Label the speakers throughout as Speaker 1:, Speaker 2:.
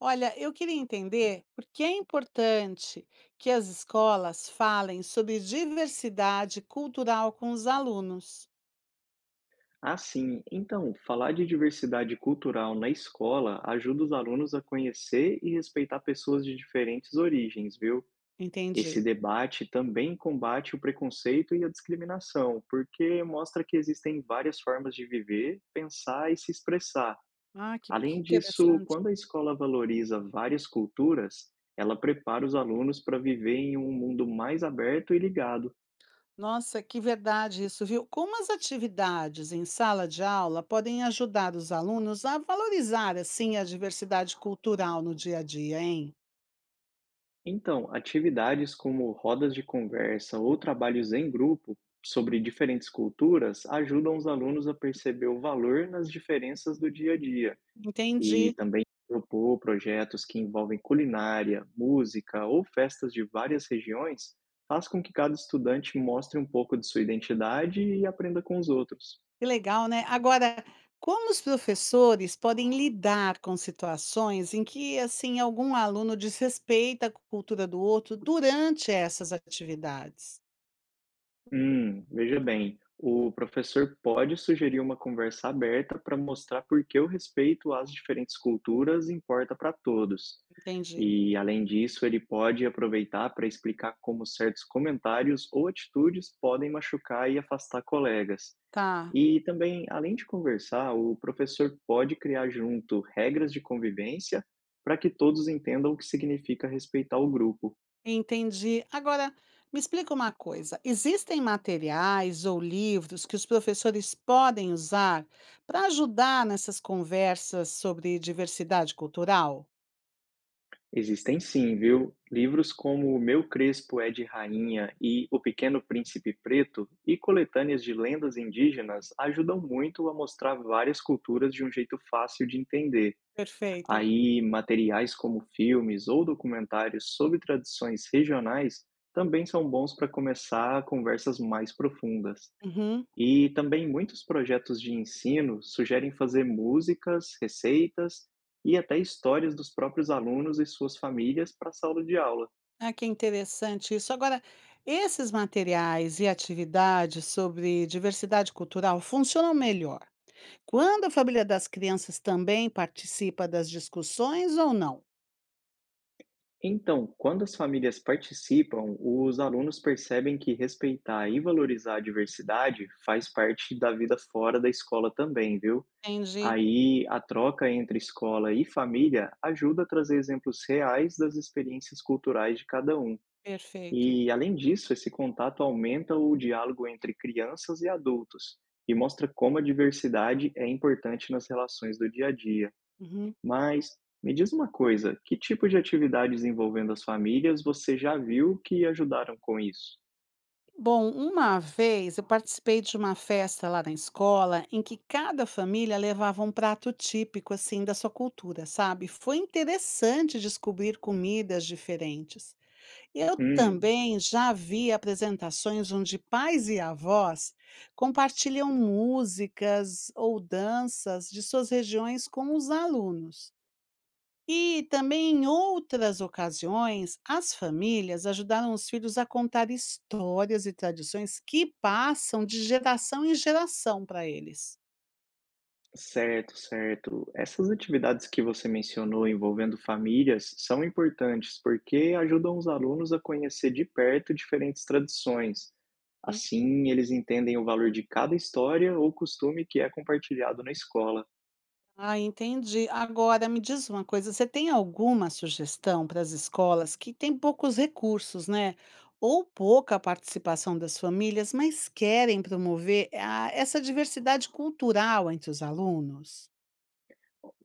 Speaker 1: Olha, eu queria entender por que é importante que as escolas falem sobre diversidade cultural com os alunos.
Speaker 2: Ah, sim. Então, falar de diversidade cultural na escola ajuda os alunos a conhecer e respeitar pessoas de diferentes origens, viu? Esse
Speaker 1: Entendi.
Speaker 2: debate também combate o preconceito e a discriminação, porque mostra que existem várias formas de viver, pensar e se expressar.
Speaker 1: Ah, que
Speaker 2: Além disso,
Speaker 1: interessante.
Speaker 2: quando a escola valoriza várias culturas, ela prepara os alunos para viver em um mundo mais aberto e ligado.
Speaker 1: Nossa, que verdade isso, viu? Como as atividades em sala de aula podem ajudar os alunos a valorizar, assim, a diversidade cultural no dia a dia, hein?
Speaker 2: Então, atividades como rodas de conversa ou trabalhos em grupo sobre diferentes culturas ajudam os alunos a perceber o valor nas diferenças do dia a dia e
Speaker 1: Entendi.
Speaker 2: também propor projetos que envolvem culinária, música ou festas de várias regiões faz com que cada estudante mostre um pouco de sua identidade e aprenda com os outros.
Speaker 1: Que legal, né. Agora, como os professores podem lidar com situações em que, assim, algum aluno desrespeita a cultura do outro durante essas atividades?
Speaker 2: Veja bem, o professor pode sugerir uma conversa aberta para mostrar por que o respeito às diferentes culturas importa para todos.
Speaker 1: Entendi.
Speaker 2: E, além disso, ele pode aproveitar para explicar como certos comentários ou atitudes podem machucar e afastar colegas.
Speaker 1: Tá,
Speaker 2: E também, além de conversar, o professor pode criar junto regras de convivência para que todos entendam o que significa respeitar o grupo.
Speaker 1: entendi. Agora, me explica uma coisa, existem materiais ou livros que os professores podem usar para ajudar nessas conversas sobre diversidade cultural?
Speaker 2: Existem sim, viu? Livros como O Meu Crespo é de Rainha e O Pequeno Príncipe Preto e coletâneas de lendas indígenas ajudam muito a mostrar várias culturas de um jeito fácil de entender.
Speaker 1: Perfeito.
Speaker 2: Aí, materiais como filmes ou documentários sobre tradições regionais também são bons para começar conversas mais profundas.
Speaker 1: Uhum.
Speaker 2: E também muitos projetos de ensino sugerem fazer músicas, receitas e até histórias dos próprios alunos e suas famílias para a sala de aula.
Speaker 1: Ah, que interessante isso. Agora, esses materiais e atividades sobre diversidade cultural funcionam melhor quando a família das crianças também participa das discussões ou não?
Speaker 2: Então, quando as famílias participam, os alunos percebem que respeitar e valorizar a diversidade faz parte da vida fora da escola também, viu?
Speaker 1: Entendi,
Speaker 2: Aí a troca entre escola e família ajuda a trazer exemplos reais das experiências culturais de cada um.
Speaker 1: perfeito.
Speaker 2: E, além disso, esse contato aumenta o diálogo entre crianças e adultos e mostra como a diversidade é importante nas relações do dia a dia.
Speaker 1: Uhum.
Speaker 2: Mas me diz uma coisa, que tipo de atividades envolvendo as famílias você já viu que ajudaram com isso?
Speaker 1: Bom, uma vez eu participei de uma festa lá na escola em que cada família levava um prato típico assim da sua cultura, sabe? Foi interessante descobrir comidas diferentes. Eu
Speaker 2: Hum.
Speaker 1: também já vi apresentações onde pais e avós compartilham músicas ou danças de suas regiões com os alunos. E também em outras ocasiões, as famílias ajudaram os filhos a contar histórias e tradições que passam de geração em geração para eles.
Speaker 2: Certo, certo. Essas atividades que você mencionou envolvendo famílias são importantes porque ajudam os alunos a conhecer de perto diferentes tradições. Assim, eles entendem o valor de cada história ou costume que é compartilhado na escola.
Speaker 1: Ah, entendi. Agora me diz uma coisa, você tem alguma sugestão para as escolas que têm poucos recursos, né? Ou pouca participação das famílias, mas querem promover essa diversidade cultural entre os alunos?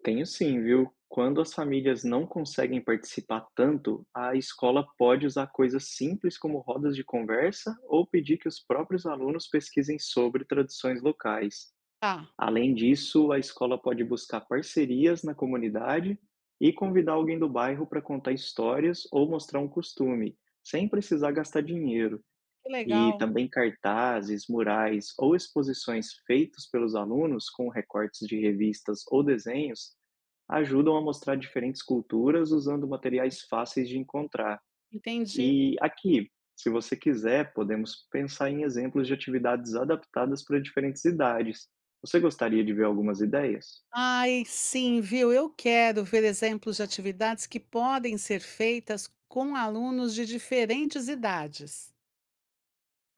Speaker 2: Tenho sim, viu? Quando as famílias não conseguem participar tanto, a escola pode usar coisas simples como rodas de conversa ou pedir que os próprios alunos pesquisem sobre tradições locais.
Speaker 1: Ah,
Speaker 2: Além disso, a escola pode buscar parcerias na comunidade e convidar alguém do bairro para contar histórias ou mostrar um costume, sem precisar gastar dinheiro.
Speaker 1: que
Speaker 2: E
Speaker 1: legal.
Speaker 2: também cartazes, murais ou exposições feitos pelos alunos com recortes de revistas ou desenhos ajudam a mostrar diferentes culturas usando materiais fáceis de encontrar.
Speaker 1: Entendi.
Speaker 2: E aqui, se você quiser, podemos pensar em exemplos de atividades adaptadas para diferentes idades. Você gostaria de ver algumas ideias?
Speaker 1: Ai, sim, viu? Eu quero ver exemplos de atividades que podem ser feitas com alunos de diferentes idades.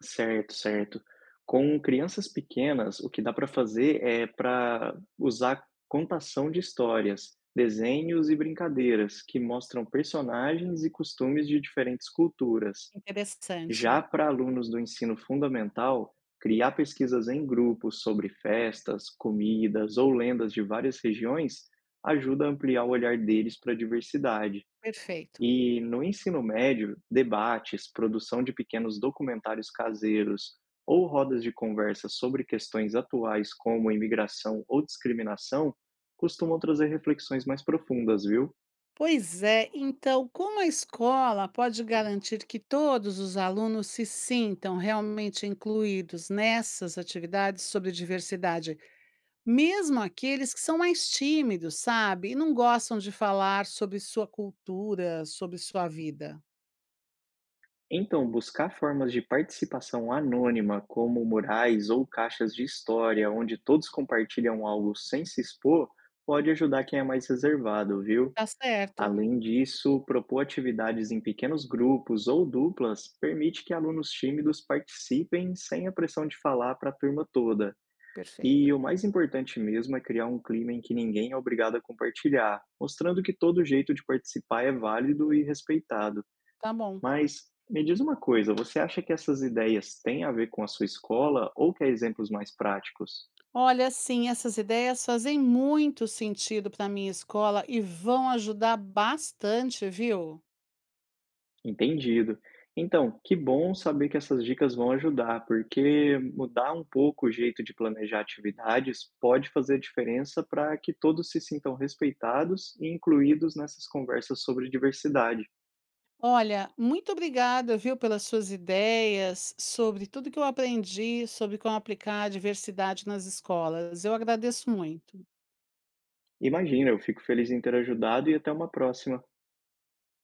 Speaker 2: Certo, certo. Com crianças pequenas, o que dá para fazer é para usar contação de histórias, desenhos e brincadeiras que mostram personagens e costumes de diferentes culturas.
Speaker 1: Interessante.
Speaker 2: Já para alunos do ensino fundamental, criar pesquisas em grupos sobre festas, comidas ou lendas de várias regiões ajuda a ampliar o olhar deles para a diversidade.
Speaker 1: Perfeito.
Speaker 2: E no ensino médio, debates, produção de pequenos documentários caseiros ou rodas de conversa sobre questões atuais como imigração ou discriminação costumam trazer reflexões mais profundas, viu?
Speaker 1: Pois é, então, como a escola pode garantir que todos os alunos se sintam realmente incluídos nessas atividades sobre diversidade, mesmo aqueles que são mais tímidos, sabe, e não gostam de falar sobre sua cultura, sobre sua vida?
Speaker 2: Então, buscar formas de participação anônima, como murais ou caixas de história, onde todos compartilham algo sem se expor, pode ajudar quem é mais reservado, viu?
Speaker 1: Tá certo.
Speaker 2: Além disso, propor atividades em pequenos grupos ou duplas permite que alunos tímidos participem sem a pressão de falar para a turma toda.
Speaker 1: Perfeito.
Speaker 2: E o mais importante mesmo é criar um clima em que ninguém é obrigado a compartilhar, mostrando que todo jeito de participar é válido e respeitado.
Speaker 1: Tá bom.
Speaker 2: Mas me diz uma coisa, você acha que essas ideias têm a ver com a sua escola ou quer exemplos mais práticos?
Speaker 1: Olha, sim, essas ideias fazem muito sentido para minha escola e vão ajudar bastante, viu?
Speaker 2: Entendido. Então, que bom saber que essas dicas vão ajudar, porque mudar um pouco o jeito de planejar atividades pode fazer diferença para que todos se sintam respeitados e incluídos nessas conversas sobre diversidade.
Speaker 1: Olha, muito obrigada, viu, pelas suas ideias sobre tudo que eu aprendi, sobre como aplicar a diversidade nas escolas. Eu agradeço muito.
Speaker 2: Imagina, eu fico feliz em ter ajudado e até uma próxima.